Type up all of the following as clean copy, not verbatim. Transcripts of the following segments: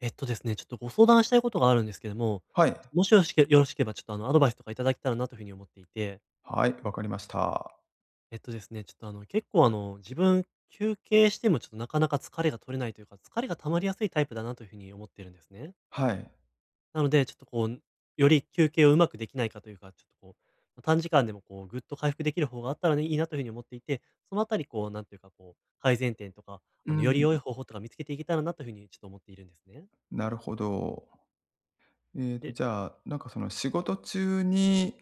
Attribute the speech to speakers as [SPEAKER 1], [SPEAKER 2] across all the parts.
[SPEAKER 1] えっとですね、ちょっとご相談したいことがあるんですけども、
[SPEAKER 2] はい。
[SPEAKER 1] もしよろしければ、ちょっとアドバイスとかいただけたらなというふうに思っていて、
[SPEAKER 2] はい、わかりました。
[SPEAKER 1] えっとですね、ちょっと結構自分、休憩してもちょっとなかなか疲れが取れないというか、疲れが溜まりやすいタイプだなというふうに思ってるんですね。
[SPEAKER 2] はい。
[SPEAKER 1] なので、ちょっとこう、より休憩をうまくできないかというか、ちょっとこう、短時間でもこう、ぐっと回復できる方があったらね、いいなというふうに思っていて、そのあたり、こう、なんていうか、こう、改善点とか、
[SPEAKER 2] う
[SPEAKER 1] より
[SPEAKER 2] ん、
[SPEAKER 1] 良い方法とか見つけていけたらなというふうにちょっと思っているんですね。
[SPEAKER 2] なるほど。
[SPEAKER 1] で、
[SPEAKER 2] じゃあ、その仕事中に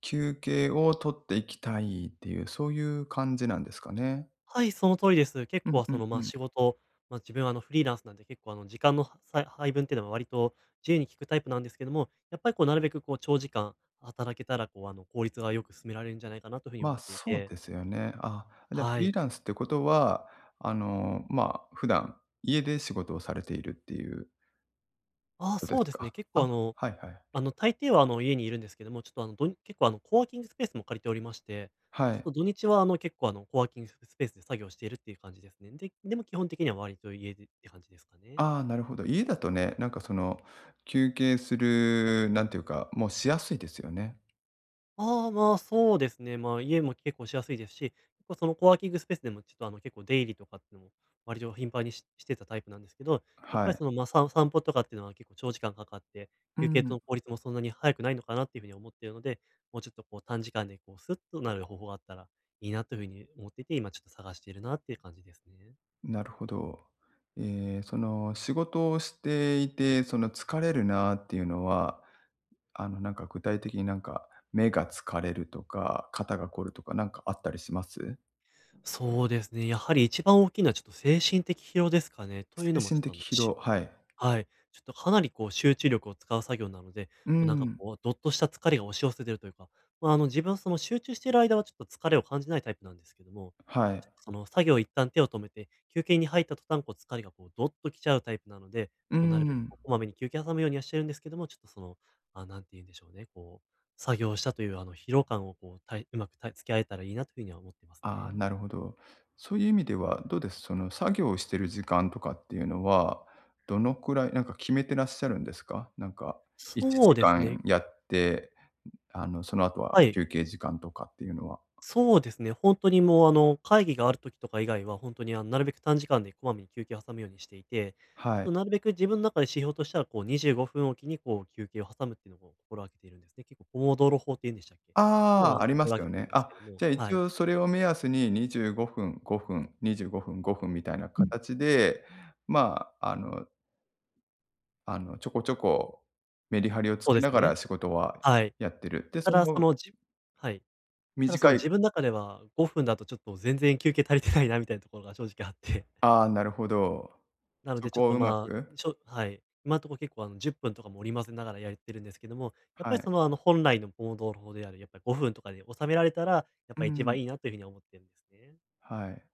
[SPEAKER 2] 休憩を取っていきたいっていう、そういう感じなんですかね。
[SPEAKER 1] はい、その通りです。結
[SPEAKER 2] うん
[SPEAKER 1] 構
[SPEAKER 2] う
[SPEAKER 1] そ
[SPEAKER 2] ん
[SPEAKER 1] の、
[SPEAKER 2] う
[SPEAKER 1] まあ、
[SPEAKER 2] ん。
[SPEAKER 1] 仕事、まあ、自分はフリーランスなんで結構時間のは配分っていうのは割と自由に効くタイプなんですけども、やっぱりこうなるべくこう長時間働けたらこう効率がよく進められるんじゃないかなというふうに
[SPEAKER 2] ま
[SPEAKER 1] 思
[SPEAKER 2] あ、
[SPEAKER 1] ってい
[SPEAKER 2] そう
[SPEAKER 1] て、
[SPEAKER 2] ですよね。あ、じゃあフ
[SPEAKER 1] は
[SPEAKER 2] リー
[SPEAKER 1] い。
[SPEAKER 2] ランスってことは、普段家で仕事をされているっていう
[SPEAKER 1] ああ、
[SPEAKER 2] ことで
[SPEAKER 1] そう
[SPEAKER 2] す
[SPEAKER 1] ですね、
[SPEAKER 2] か？
[SPEAKER 1] 結
[SPEAKER 2] あ、
[SPEAKER 1] 構
[SPEAKER 2] はいはい。
[SPEAKER 1] 大抵は家にいるんですけども、ちょっとあのどん結構コワーキングスペースも借りておりまして、
[SPEAKER 2] は
[SPEAKER 1] ち
[SPEAKER 2] い。
[SPEAKER 1] ょっと土日は結構コワーキングスペースで作業しているっていう感じですね。で、でも基本的には割と家でって感じですかね。
[SPEAKER 2] ああ、なるほど。家だとね、その休憩する、なんていうか、もうしやすいですよね。
[SPEAKER 1] ああ、まあ、そうですね。まあ、家も結構しやすいですし、結構そのコワーキングスペースでもちょっと結構出入りとかっていうのも割と頻繁にしてたタイプなんですけど、やっ
[SPEAKER 2] は
[SPEAKER 1] ぱり
[SPEAKER 2] い。
[SPEAKER 1] その、散歩とかっていうのは結構長時間かかって、
[SPEAKER 2] う
[SPEAKER 1] 休憩と
[SPEAKER 2] ん。
[SPEAKER 1] の効率もそんなに早くないのかなっていうふうに思っているので、もうちょっとこう短時間でこうスッとなる方法があったらいいなというふうに思っていて、今ちょっと探しているなっていう感じですね。
[SPEAKER 2] なるほど。ええ、その仕事をしていて、その疲れるなっていうのは、具体的に、目が疲れるとか、肩が凝るとかあったりします？
[SPEAKER 1] そうですね、やはり一番大きいのはちょっと精神的疲労ですかね。という
[SPEAKER 2] 精
[SPEAKER 1] のもち
[SPEAKER 2] 神
[SPEAKER 1] ょっ
[SPEAKER 2] 的
[SPEAKER 1] とあの
[SPEAKER 2] 疲労、
[SPEAKER 1] し
[SPEAKER 2] はい。
[SPEAKER 1] はい。ちょっとかなりこう集中力を使う作業なので、こ
[SPEAKER 2] う
[SPEAKER 1] う
[SPEAKER 2] ん。
[SPEAKER 1] こう、どっとした疲れが押し寄せてるというか、まあ、自分はその集中している間はちょっと疲れを感じないタイプなんですけども、
[SPEAKER 2] はい。
[SPEAKER 1] ちょっとその作業を一旦手を止めて、休憩に入った途端こう疲れがこうどっと来ちゃうタイプなので、
[SPEAKER 2] う
[SPEAKER 1] こうなるべく
[SPEAKER 2] ん。
[SPEAKER 1] こうこまめに休憩挟むようにはしてるんですけども、ちょっとその、あ、なんて言うんでしょうね、こう、作業したという疲労感をこう、うまく付き合えたらいいなというふうには思ってます
[SPEAKER 2] ああ、
[SPEAKER 1] ね。
[SPEAKER 2] なるほど。そういう意味ではどうです？その作業をしてる時間とかっていうのは、どのくらい決めてらっしゃるんですか？1
[SPEAKER 1] そうです
[SPEAKER 2] 時間
[SPEAKER 1] ね。
[SPEAKER 2] やってその後は
[SPEAKER 1] はい。
[SPEAKER 2] 休憩時間とかっていうのは。
[SPEAKER 1] そうですね、本当にもう、会議がある時とか以外は、本当に、なるべく短時間でこまめに休憩を挟むようにしていて、ちょっ
[SPEAKER 2] はい。
[SPEAKER 1] となるべく自分の中で指標としては、こう、25分おきに、こう、休憩を挟むっていうのを心がけているんですね。結構ポモドーロ法って言うんでしたっけ？っていうの
[SPEAKER 2] あ
[SPEAKER 1] は、
[SPEAKER 2] あ、ありま
[SPEAKER 1] 心
[SPEAKER 2] す
[SPEAKER 1] がけ
[SPEAKER 2] よ
[SPEAKER 1] てる
[SPEAKER 2] ね。
[SPEAKER 1] んです
[SPEAKER 2] あ、
[SPEAKER 1] けど
[SPEAKER 2] じ
[SPEAKER 1] も、
[SPEAKER 2] ゃあ一
[SPEAKER 1] はい。
[SPEAKER 2] 応それを目安に25分、5分、25分、5分みたいな形で、まあ、あのちょこちょこメリハリをつ
[SPEAKER 1] そう
[SPEAKER 2] け
[SPEAKER 1] です
[SPEAKER 2] なが
[SPEAKER 1] ね。
[SPEAKER 2] ら仕事は
[SPEAKER 1] はい。
[SPEAKER 2] やってる。で、
[SPEAKER 1] た
[SPEAKER 2] そ
[SPEAKER 1] だ、そ
[SPEAKER 2] の
[SPEAKER 1] の、はい。
[SPEAKER 2] 短
[SPEAKER 1] ただ、その、
[SPEAKER 2] い、
[SPEAKER 1] 自分の中では5分だとちょっと全然休憩足りてないなみたいなところが正直あって。
[SPEAKER 2] ああ、なるほど。
[SPEAKER 1] なの
[SPEAKER 2] そ
[SPEAKER 1] で、ちょっ
[SPEAKER 2] こを
[SPEAKER 1] と
[SPEAKER 2] うま
[SPEAKER 1] ま
[SPEAKER 2] く、
[SPEAKER 1] あ、はい。今のところ結構10分とかも織り交ぜながらやってるんですけども、やっ
[SPEAKER 2] は
[SPEAKER 1] ぱり
[SPEAKER 2] い。
[SPEAKER 1] その本来のポモドーロ法であるやっぱり5分とかで収められたら、やっ
[SPEAKER 2] う
[SPEAKER 1] ぱり一
[SPEAKER 2] ん。
[SPEAKER 1] 番いいなというふうに思ってるんですね。
[SPEAKER 2] はい。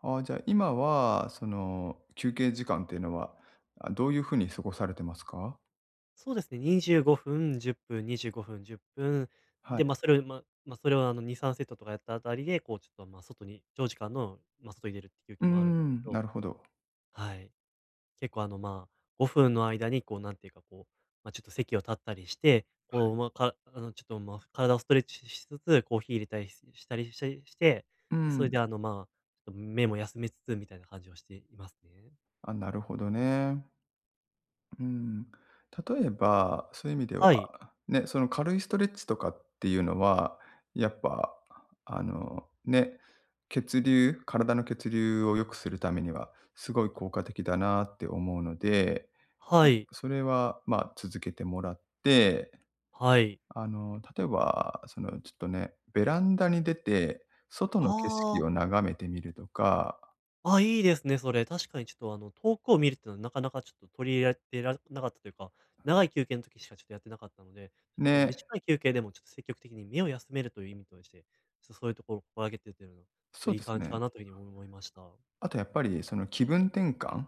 [SPEAKER 2] ああ、じゃあ今は、その、休憩時間っていうのは、あ、どういう風に過ごされてますか？
[SPEAKER 1] そうですね、25分、10分、25分、10分。
[SPEAKER 2] はい。
[SPEAKER 1] で、まあ、それを2、3セットとかやったあたりで、こうちょっと外に長時間の、まあ、外に出るっていう
[SPEAKER 2] うー
[SPEAKER 1] 気もあるんです
[SPEAKER 2] ん、
[SPEAKER 1] け
[SPEAKER 2] な
[SPEAKER 1] ど、
[SPEAKER 2] るほど。
[SPEAKER 1] はい。結構まあ、5分の間にこう、なんていうかこう、まあ、ちょっと席を立ったりして、こう、ま、かあの、ちょっと、体をストレッチしつつ、コーヒー入れたりしたりして、
[SPEAKER 2] う
[SPEAKER 1] で、それ
[SPEAKER 2] ん。
[SPEAKER 1] でまあ、ちょっと目も休めつつみたいな感じをしていますね。
[SPEAKER 2] あ、なるほどね。うん。例えば、そういう意味では、
[SPEAKER 1] はい。
[SPEAKER 2] ね、その軽いストレッチとかっていうのは、やっぱ、ね、体の血流を良くするためには、すごい効果的だなって思うので、
[SPEAKER 1] はい。
[SPEAKER 2] それは、まあ、続けてもらって、
[SPEAKER 1] はい。
[SPEAKER 2] 例えば、その、ちょっとね、ベランダに出て、外
[SPEAKER 1] あ
[SPEAKER 2] の景色を
[SPEAKER 1] あ。
[SPEAKER 2] 眺めてみるとか、
[SPEAKER 1] あ、いいですね、それ。確かにちょっと遠くを見るっていうのはなかなかちょっと取り入れられなかったというか、長い休憩の時しかちょっとやってなかったので、ちょっと
[SPEAKER 2] ね、
[SPEAKER 1] 短い休憩でもちょっと積極的に目を休めるという意味として、ちょっとそういうところを心がけてるというのは、ちょっと
[SPEAKER 2] そう
[SPEAKER 1] いい
[SPEAKER 2] です
[SPEAKER 1] 感じ
[SPEAKER 2] ね。
[SPEAKER 1] かなというふうに思いました。
[SPEAKER 2] あとやっぱりその気分転換、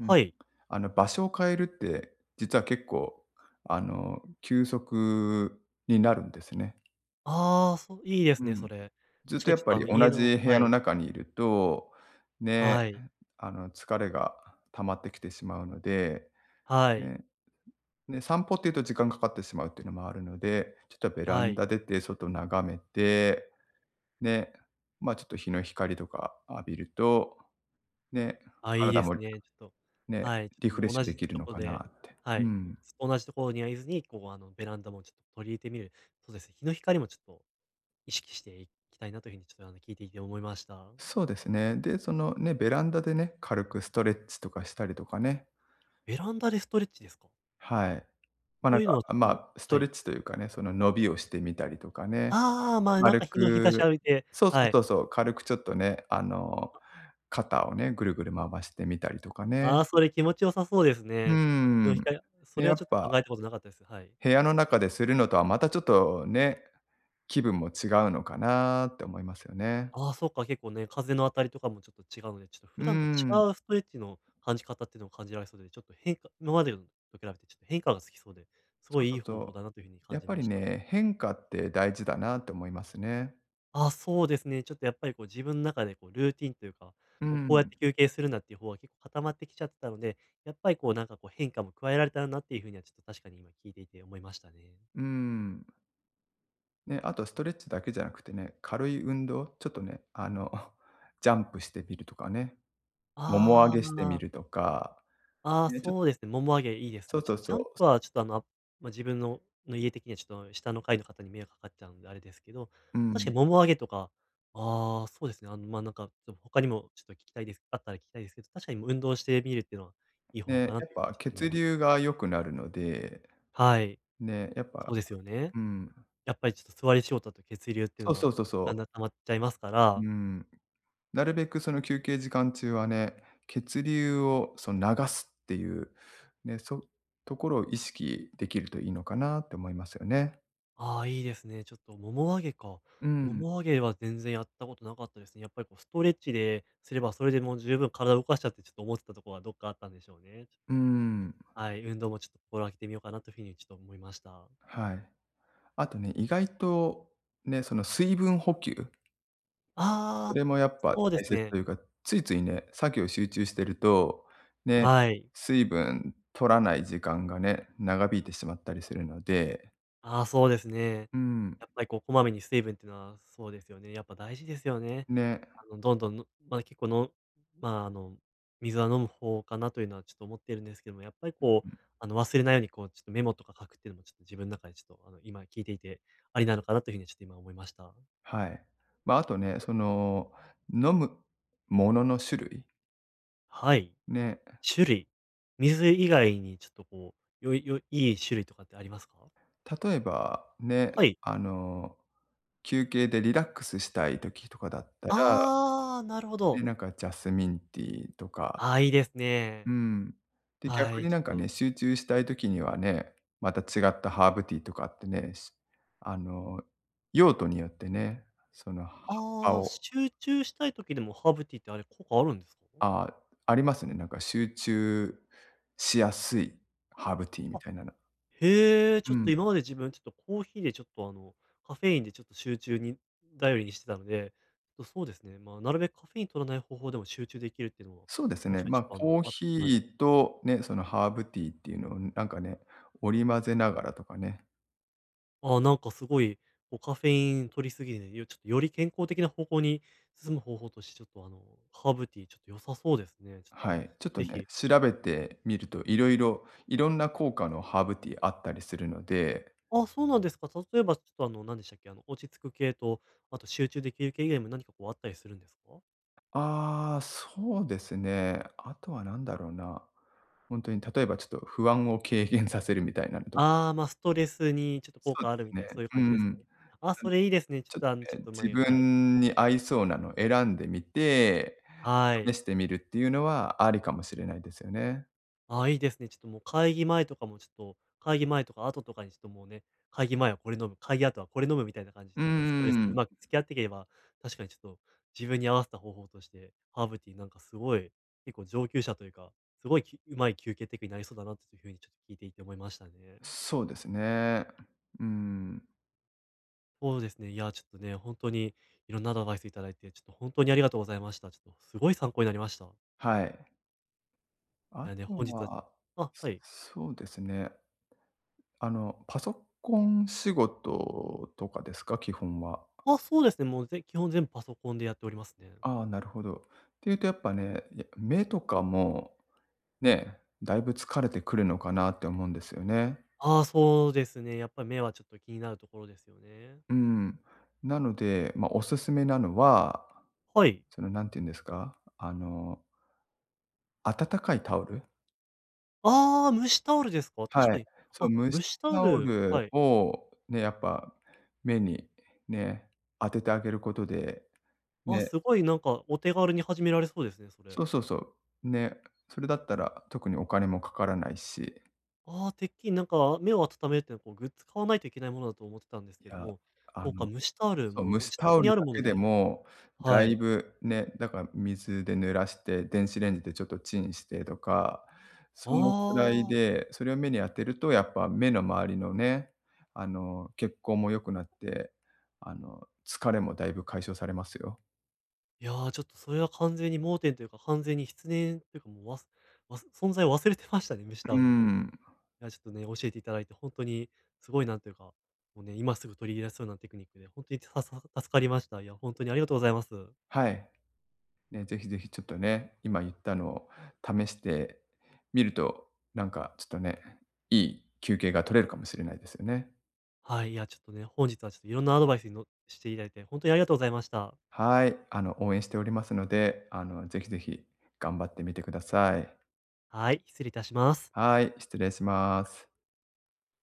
[SPEAKER 2] うん、
[SPEAKER 1] はい。
[SPEAKER 2] あの場所を変えるって、実は結構休息になるんですね。
[SPEAKER 1] ああ、そう、いいで
[SPEAKER 2] う
[SPEAKER 1] すね、そ
[SPEAKER 2] ん。
[SPEAKER 1] れ。
[SPEAKER 2] ずっ
[SPEAKER 1] 確
[SPEAKER 2] と
[SPEAKER 1] かに
[SPEAKER 2] やっ
[SPEAKER 1] ちょっ
[SPEAKER 2] ぱ
[SPEAKER 1] と
[SPEAKER 2] り同じ部屋
[SPEAKER 1] は
[SPEAKER 2] の
[SPEAKER 1] い。
[SPEAKER 2] 中にいると、ね、
[SPEAKER 1] はい。
[SPEAKER 2] 疲れが溜まってきてしまうので、
[SPEAKER 1] はい。
[SPEAKER 2] ね、ね、散歩っていうと時間かかってしまうっていうのもあるので、ちょっとベラ
[SPEAKER 1] は
[SPEAKER 2] ン
[SPEAKER 1] い。
[SPEAKER 2] ダ出て外眺めて、ね、まあちょっと日の光とか浴びると、ね、
[SPEAKER 1] あ、いい
[SPEAKER 2] 体
[SPEAKER 1] です
[SPEAKER 2] も
[SPEAKER 1] ね。ちょっと、
[SPEAKER 2] ね、
[SPEAKER 1] はい、ちょっ
[SPEAKER 2] リ
[SPEAKER 1] と
[SPEAKER 2] フレッ
[SPEAKER 1] もう
[SPEAKER 2] シ
[SPEAKER 1] 同
[SPEAKER 2] ュで
[SPEAKER 1] じ
[SPEAKER 2] きる
[SPEAKER 1] と
[SPEAKER 2] の
[SPEAKER 1] こ
[SPEAKER 2] かな
[SPEAKER 1] で、
[SPEAKER 2] って。
[SPEAKER 1] は
[SPEAKER 2] う
[SPEAKER 1] い、
[SPEAKER 2] ん。
[SPEAKER 1] ずっと同じところにはいずに、こう、ベランダもちょっと取り入れてみる。そうですね、日の光もちょっと意識していきたいなというふうにちょっと、聞いていて思いました。
[SPEAKER 2] そうですね。で、そのね、ベランダでね、軽くストレッチとかしたりとかね。
[SPEAKER 1] ベランダでストレッチですか？
[SPEAKER 2] はい。
[SPEAKER 1] というのは、ちょっ
[SPEAKER 2] ス
[SPEAKER 1] と
[SPEAKER 2] ト
[SPEAKER 1] は
[SPEAKER 2] レッ
[SPEAKER 1] い。
[SPEAKER 2] チというかね、その伸びをしてみたりとかね。
[SPEAKER 1] ああ、まあ、なん
[SPEAKER 2] 軽
[SPEAKER 1] か日差し
[SPEAKER 2] く
[SPEAKER 1] 浴びて、
[SPEAKER 2] そうそ
[SPEAKER 1] は
[SPEAKER 2] う
[SPEAKER 1] い。
[SPEAKER 2] そうそう、軽くちょっとね、肩をね、ぐるぐる回してみたりとかね。
[SPEAKER 1] ああ、それ気持ち良さそうです
[SPEAKER 2] うー
[SPEAKER 1] ね。ちょっと日の
[SPEAKER 2] ん。
[SPEAKER 1] 光そ
[SPEAKER 2] で、
[SPEAKER 1] れ
[SPEAKER 2] や
[SPEAKER 1] はちょ
[SPEAKER 2] っ
[SPEAKER 1] っと
[SPEAKER 2] ぱ
[SPEAKER 1] 考えたことなかったです。はい。
[SPEAKER 2] 部屋の中でするのとはまたちょっとね、気分も違うのかなって思いますよね。
[SPEAKER 1] ああ、そうか、結構ね、風の当たりとかもちょっと違うので、ちょっと
[SPEAKER 2] う
[SPEAKER 1] 普
[SPEAKER 2] ー
[SPEAKER 1] 段と違
[SPEAKER 2] ん。
[SPEAKER 1] うストレッチの感じ方っていうのを感じられそうで、ちょっと変化今までのと比べてちょっと変化がつきそうで、す
[SPEAKER 2] そ
[SPEAKER 1] ご
[SPEAKER 2] う
[SPEAKER 1] い
[SPEAKER 2] そ
[SPEAKER 1] いい
[SPEAKER 2] う
[SPEAKER 1] 方
[SPEAKER 2] そ
[SPEAKER 1] 法
[SPEAKER 2] う。
[SPEAKER 1] だなという風に感
[SPEAKER 2] やっ
[SPEAKER 1] じ
[SPEAKER 2] ぱ
[SPEAKER 1] ま
[SPEAKER 2] り
[SPEAKER 1] した。
[SPEAKER 2] ね、変化って大事だなって思いますね。
[SPEAKER 1] ああ、そうですね。ちょっとやっぱりこう自分の中でこうルーティンというか、
[SPEAKER 2] うん。
[SPEAKER 1] もうこうやっ
[SPEAKER 2] ん、
[SPEAKER 1] て休憩するんだっていう方は結構固まってきちゃってたので、やっぱりこうこう変化も加えられたらなっていう風にはちょっと確かに今聞いていて思いましたね。
[SPEAKER 2] うん。ね、あとストレッチだけじゃなくてね、軽い運動、ちょっとね、ジャンプしてみるとかね、もも上
[SPEAKER 1] ああ、
[SPEAKER 2] げして
[SPEAKER 1] ま
[SPEAKER 2] み
[SPEAKER 1] あ。
[SPEAKER 2] るとか、
[SPEAKER 1] ああ、
[SPEAKER 2] ね、ちょっ
[SPEAKER 1] そ
[SPEAKER 2] と、
[SPEAKER 1] うですね、もも上げいいです
[SPEAKER 2] そう
[SPEAKER 1] ね。ちょ
[SPEAKER 2] そ
[SPEAKER 1] っ
[SPEAKER 2] う
[SPEAKER 1] とジ
[SPEAKER 2] そ
[SPEAKER 1] ャン
[SPEAKER 2] う。
[SPEAKER 1] プはちょっと自分の家的にはちょっと下の階の方に迷惑かかっちゃうんであれですけど、
[SPEAKER 2] う
[SPEAKER 1] 確
[SPEAKER 2] ん。
[SPEAKER 1] かにもも上げとか、ああ、そうですね、ちょっと他にもちょっと聞きたいですあったら聞きたいですけど、確かにもう運動してみるっていうのはいい方法
[SPEAKER 2] ね、
[SPEAKER 1] かな
[SPEAKER 2] やっ
[SPEAKER 1] というふうに
[SPEAKER 2] ぱ
[SPEAKER 1] ちょっと思い
[SPEAKER 2] 血
[SPEAKER 1] ます
[SPEAKER 2] 流
[SPEAKER 1] ね。
[SPEAKER 2] が良くなるので、
[SPEAKER 1] はい。
[SPEAKER 2] ね、やっ
[SPEAKER 1] そ
[SPEAKER 2] ぱ、
[SPEAKER 1] うですよね。
[SPEAKER 2] うん、
[SPEAKER 1] やっぱりちょっと座り仕事だと血流っていう
[SPEAKER 2] そう
[SPEAKER 1] の
[SPEAKER 2] そ
[SPEAKER 1] は
[SPEAKER 2] うそうそ
[SPEAKER 1] だん
[SPEAKER 2] う。
[SPEAKER 1] だん溜まっちゃいますから。
[SPEAKER 2] うん。なるべくその休憩時間中はね、血流をその流すっていう、ね、ところを意識できるといいのかなって思いますよね。
[SPEAKER 1] ああ、いいですね。ちょっともも上げか。
[SPEAKER 2] う
[SPEAKER 1] も
[SPEAKER 2] ん、
[SPEAKER 1] も上げは全然やったことなかったですね。やっぱりこうストレッチですれば、それでもう十分体を動かしちゃってちょっと思ってたところはどっかあったんでしょうね。ち
[SPEAKER 2] う
[SPEAKER 1] ょっと、
[SPEAKER 2] ん、
[SPEAKER 1] はい、運動もちょっと心がけてみようかなというふうにちょっと思いました。
[SPEAKER 2] はい。あとね、意外とね、その水分補給、そ
[SPEAKER 1] ああ、
[SPEAKER 2] れもやっぱ
[SPEAKER 1] そうで
[SPEAKER 2] 大
[SPEAKER 1] す
[SPEAKER 2] 切
[SPEAKER 1] ね。
[SPEAKER 2] というか、ついついね、作業集中してると、ね、
[SPEAKER 1] はい。
[SPEAKER 2] 水分取らない時間がね、長引いてしまったりするので、
[SPEAKER 1] ああ、そうですね。
[SPEAKER 2] うん、
[SPEAKER 1] やっぱりこう、こまめに水分っていうのは、そうですよね。やっぱ大事ですよね。
[SPEAKER 2] ね。
[SPEAKER 1] どんどん、のま、結構のまあ、水は飲む方かなというのはちょっと思っているんですけども、やっぱりこう、忘れないようにこう、ちょっとメモとか書くっていうのもちょっと自分の中でちょっと、今聞いていて、ありなのかなというふうにちょっと今思いました。
[SPEAKER 2] はい。まあ、あとね、その、飲むものの種類、
[SPEAKER 1] はい、
[SPEAKER 2] ね、
[SPEAKER 1] 種類。水以外にちょっとこう、よいよいいい種類とかってありますか？
[SPEAKER 2] 例えばね、
[SPEAKER 1] はい。
[SPEAKER 2] あの、休憩でリラックスしたい時とかだったら、
[SPEAKER 1] ああ、なるほ
[SPEAKER 2] ね、
[SPEAKER 1] ど。
[SPEAKER 2] ジャスミンティーとか、
[SPEAKER 1] ああ、いいです
[SPEAKER 2] う
[SPEAKER 1] ね。
[SPEAKER 2] ん。で、
[SPEAKER 1] は
[SPEAKER 2] 逆
[SPEAKER 1] い、
[SPEAKER 2] に
[SPEAKER 1] ちょっと
[SPEAKER 2] 集中したい時にはね、また違ったハーブティーとかってね、しあの、用途によってね、その葉っぱ
[SPEAKER 1] ああ、
[SPEAKER 2] を、
[SPEAKER 1] 集中したい時でもハーブティーってあれ効果あるんですか？
[SPEAKER 2] あ、ありますね、集中しやすいハーブティーみ
[SPEAKER 1] あ、
[SPEAKER 2] たいなの。
[SPEAKER 1] へえ、ち
[SPEAKER 2] う
[SPEAKER 1] ょっと
[SPEAKER 2] ん。
[SPEAKER 1] 今まで自分ちょっとコーヒーでちょっとカフェインでちょっと集中に頼りにしてたので、ちょっとそうですね、まあ、なるべくカフェイン取らない方法でも集中できるっていうのは、
[SPEAKER 2] そうです
[SPEAKER 1] 確
[SPEAKER 2] ね。
[SPEAKER 1] かに
[SPEAKER 2] ま
[SPEAKER 1] ちょ
[SPEAKER 2] あ、
[SPEAKER 1] っと
[SPEAKER 2] コーヒ
[SPEAKER 1] あはい。
[SPEAKER 2] ーとね、そのハーブティーっていうのを織り交ぜながらとかね、
[SPEAKER 1] ああ、なんかすごい、こうカフェイン取りすぎで、よちょっとより健康的な方向に進む方法として、ちょっとハーブティーちょっと良さそうですね。ちょっ
[SPEAKER 2] は
[SPEAKER 1] と、
[SPEAKER 2] い。ちょっと
[SPEAKER 1] ぜ
[SPEAKER 2] ね、
[SPEAKER 1] ひ
[SPEAKER 2] 調べてみるといろんな効果のハーブティーあったりするので、
[SPEAKER 1] あ、そうなんですか。例えば、ちょっと何でしたっけ、落ち着く系と、あと集中できる系以外も何かこうあったりするんですか？
[SPEAKER 2] ああ、そうですね。あとは何だろうな。本当に例えばちょっと不安を軽減させるみたいなのと、
[SPEAKER 1] ああ、まあ、ストレスにちょっと
[SPEAKER 2] そ
[SPEAKER 1] 効
[SPEAKER 2] う
[SPEAKER 1] 果
[SPEAKER 2] で
[SPEAKER 1] ある
[SPEAKER 2] す
[SPEAKER 1] みたいな、
[SPEAKER 2] ね。
[SPEAKER 1] そういう
[SPEAKER 2] う
[SPEAKER 1] 感じです
[SPEAKER 2] ん。
[SPEAKER 1] か
[SPEAKER 2] ん
[SPEAKER 1] ね。あ、それいいですね。ちょ
[SPEAKER 2] ち
[SPEAKER 1] っ
[SPEAKER 2] ょっ
[SPEAKER 1] とち
[SPEAKER 2] と
[SPEAKER 1] ょっ
[SPEAKER 2] ね、
[SPEAKER 1] と
[SPEAKER 2] 自
[SPEAKER 1] 前はい。
[SPEAKER 2] 分に合いそうなのを選んでみて、
[SPEAKER 1] は
[SPEAKER 2] 試
[SPEAKER 1] い。
[SPEAKER 2] してみるっていうのはありかもしれないですよね。
[SPEAKER 1] ああ、いいですね。ちょっともう会議前とかもちょっと、会議前とか後とかにちょっともうね、会議前はこれ飲む、会議後はこれ飲むみたいな感じで、
[SPEAKER 2] うー
[SPEAKER 1] ちょっとストレスとう
[SPEAKER 2] ん、
[SPEAKER 1] まく付き合っていければ、確かにちょっと自分に合わせた方法として、ハーブティーなんかすごい、結構上級者というか、すごいきうまい休憩テクになりそうだなっていうふうにちょっと聞いていて思いましたね。
[SPEAKER 2] そうですね。うん、
[SPEAKER 1] そうですね。いや、ちょっとね、本当にいろんなアドバイスいただいて、ちょっと本当にありがとうございました。ちょっとすごい参考になりました。
[SPEAKER 2] はい。
[SPEAKER 1] い
[SPEAKER 2] あ
[SPEAKER 1] やね、
[SPEAKER 2] と
[SPEAKER 1] 本日は、
[SPEAKER 2] は、
[SPEAKER 1] あ、はい。
[SPEAKER 2] そうですね。パソコン仕事とかですか？基本は。
[SPEAKER 1] あ、そうですね。もうぜ基本全部パソコンでやっておりますね。
[SPEAKER 2] ああ、なるほど。っていうとやっぱね、いや目とかも、ね、だいぶ疲れてくるのかなって思うんですよね。
[SPEAKER 1] ああ、そうですね。やっぱり目はちょっと気になるところですよね。
[SPEAKER 2] うん。なので、まあ、おすすめなのは、
[SPEAKER 1] はい。
[SPEAKER 2] その、なんて言うんですか、温かいタオル？
[SPEAKER 1] ああ、蒸しタオルですか。確
[SPEAKER 2] はい。
[SPEAKER 1] かに。
[SPEAKER 2] そ
[SPEAKER 1] あ、
[SPEAKER 2] う、蒸
[SPEAKER 1] 蒸
[SPEAKER 2] し
[SPEAKER 1] しタオ
[SPEAKER 2] タオ
[SPEAKER 1] ル、
[SPEAKER 2] ル
[SPEAKER 1] はい。
[SPEAKER 2] をね、やっぱ目にね、当ててあげることで、
[SPEAKER 1] あ、
[SPEAKER 2] ね、
[SPEAKER 1] すごいなんかお手軽に始められそうですね、それ。
[SPEAKER 2] そうそうそう。ね、それだったら特にお金もかからないし、
[SPEAKER 1] ああ、てっきりなんか目を温めるってのはこうグッズ買わないといけないものだと思ってたんです
[SPEAKER 2] い
[SPEAKER 1] けど
[SPEAKER 2] や、
[SPEAKER 1] も、
[SPEAKER 2] あ
[SPEAKER 1] そう
[SPEAKER 2] の
[SPEAKER 1] か、蒸しタオル、
[SPEAKER 2] そ
[SPEAKER 1] も
[SPEAKER 2] う、
[SPEAKER 1] う
[SPEAKER 2] 蒸
[SPEAKER 1] こう
[SPEAKER 2] す
[SPEAKER 1] 自
[SPEAKER 2] タ
[SPEAKER 1] 宅
[SPEAKER 2] オ
[SPEAKER 1] に
[SPEAKER 2] ル
[SPEAKER 1] ある
[SPEAKER 2] だ
[SPEAKER 1] もの
[SPEAKER 2] けで
[SPEAKER 1] で、
[SPEAKER 2] も、だ
[SPEAKER 1] は
[SPEAKER 2] い
[SPEAKER 1] い。
[SPEAKER 2] ぶね、だから水で濡らして、電子レンジでちょっとチンしてとか、そのくらい
[SPEAKER 1] ああ、
[SPEAKER 2] で、それを目に当てるとやっぱ目の周りのね、血行も良くなって、疲れもだいぶ解消されますよ。
[SPEAKER 1] いやー、ちょっとそれは完全に盲点というか、完全に失念というかもうわすわす存在を忘れてましたね、蒸し
[SPEAKER 2] うー
[SPEAKER 1] タオルのこと。い
[SPEAKER 2] ん、
[SPEAKER 1] や、ちょっとね、教えていただいて、本当にすごいなんというか、もうね、今すぐ取り入れられそうなテクニックで、本当にささ助かりました。いや、本当にありがとうございます。
[SPEAKER 2] はい。ね、ぜひぜひちょっとね、今言ったのを試してみると、ちょっとね、いい休憩が取れるかもしれないですよね。
[SPEAKER 1] はい、いや、ちょっとね、本日はちょっといろんなアドバイスにのしていただいて、本当にありがとうございました。
[SPEAKER 2] はい、応援しておりますので、ぜひぜひ頑張ってみてください。
[SPEAKER 1] はい、失礼いたします。
[SPEAKER 2] はい、失礼します。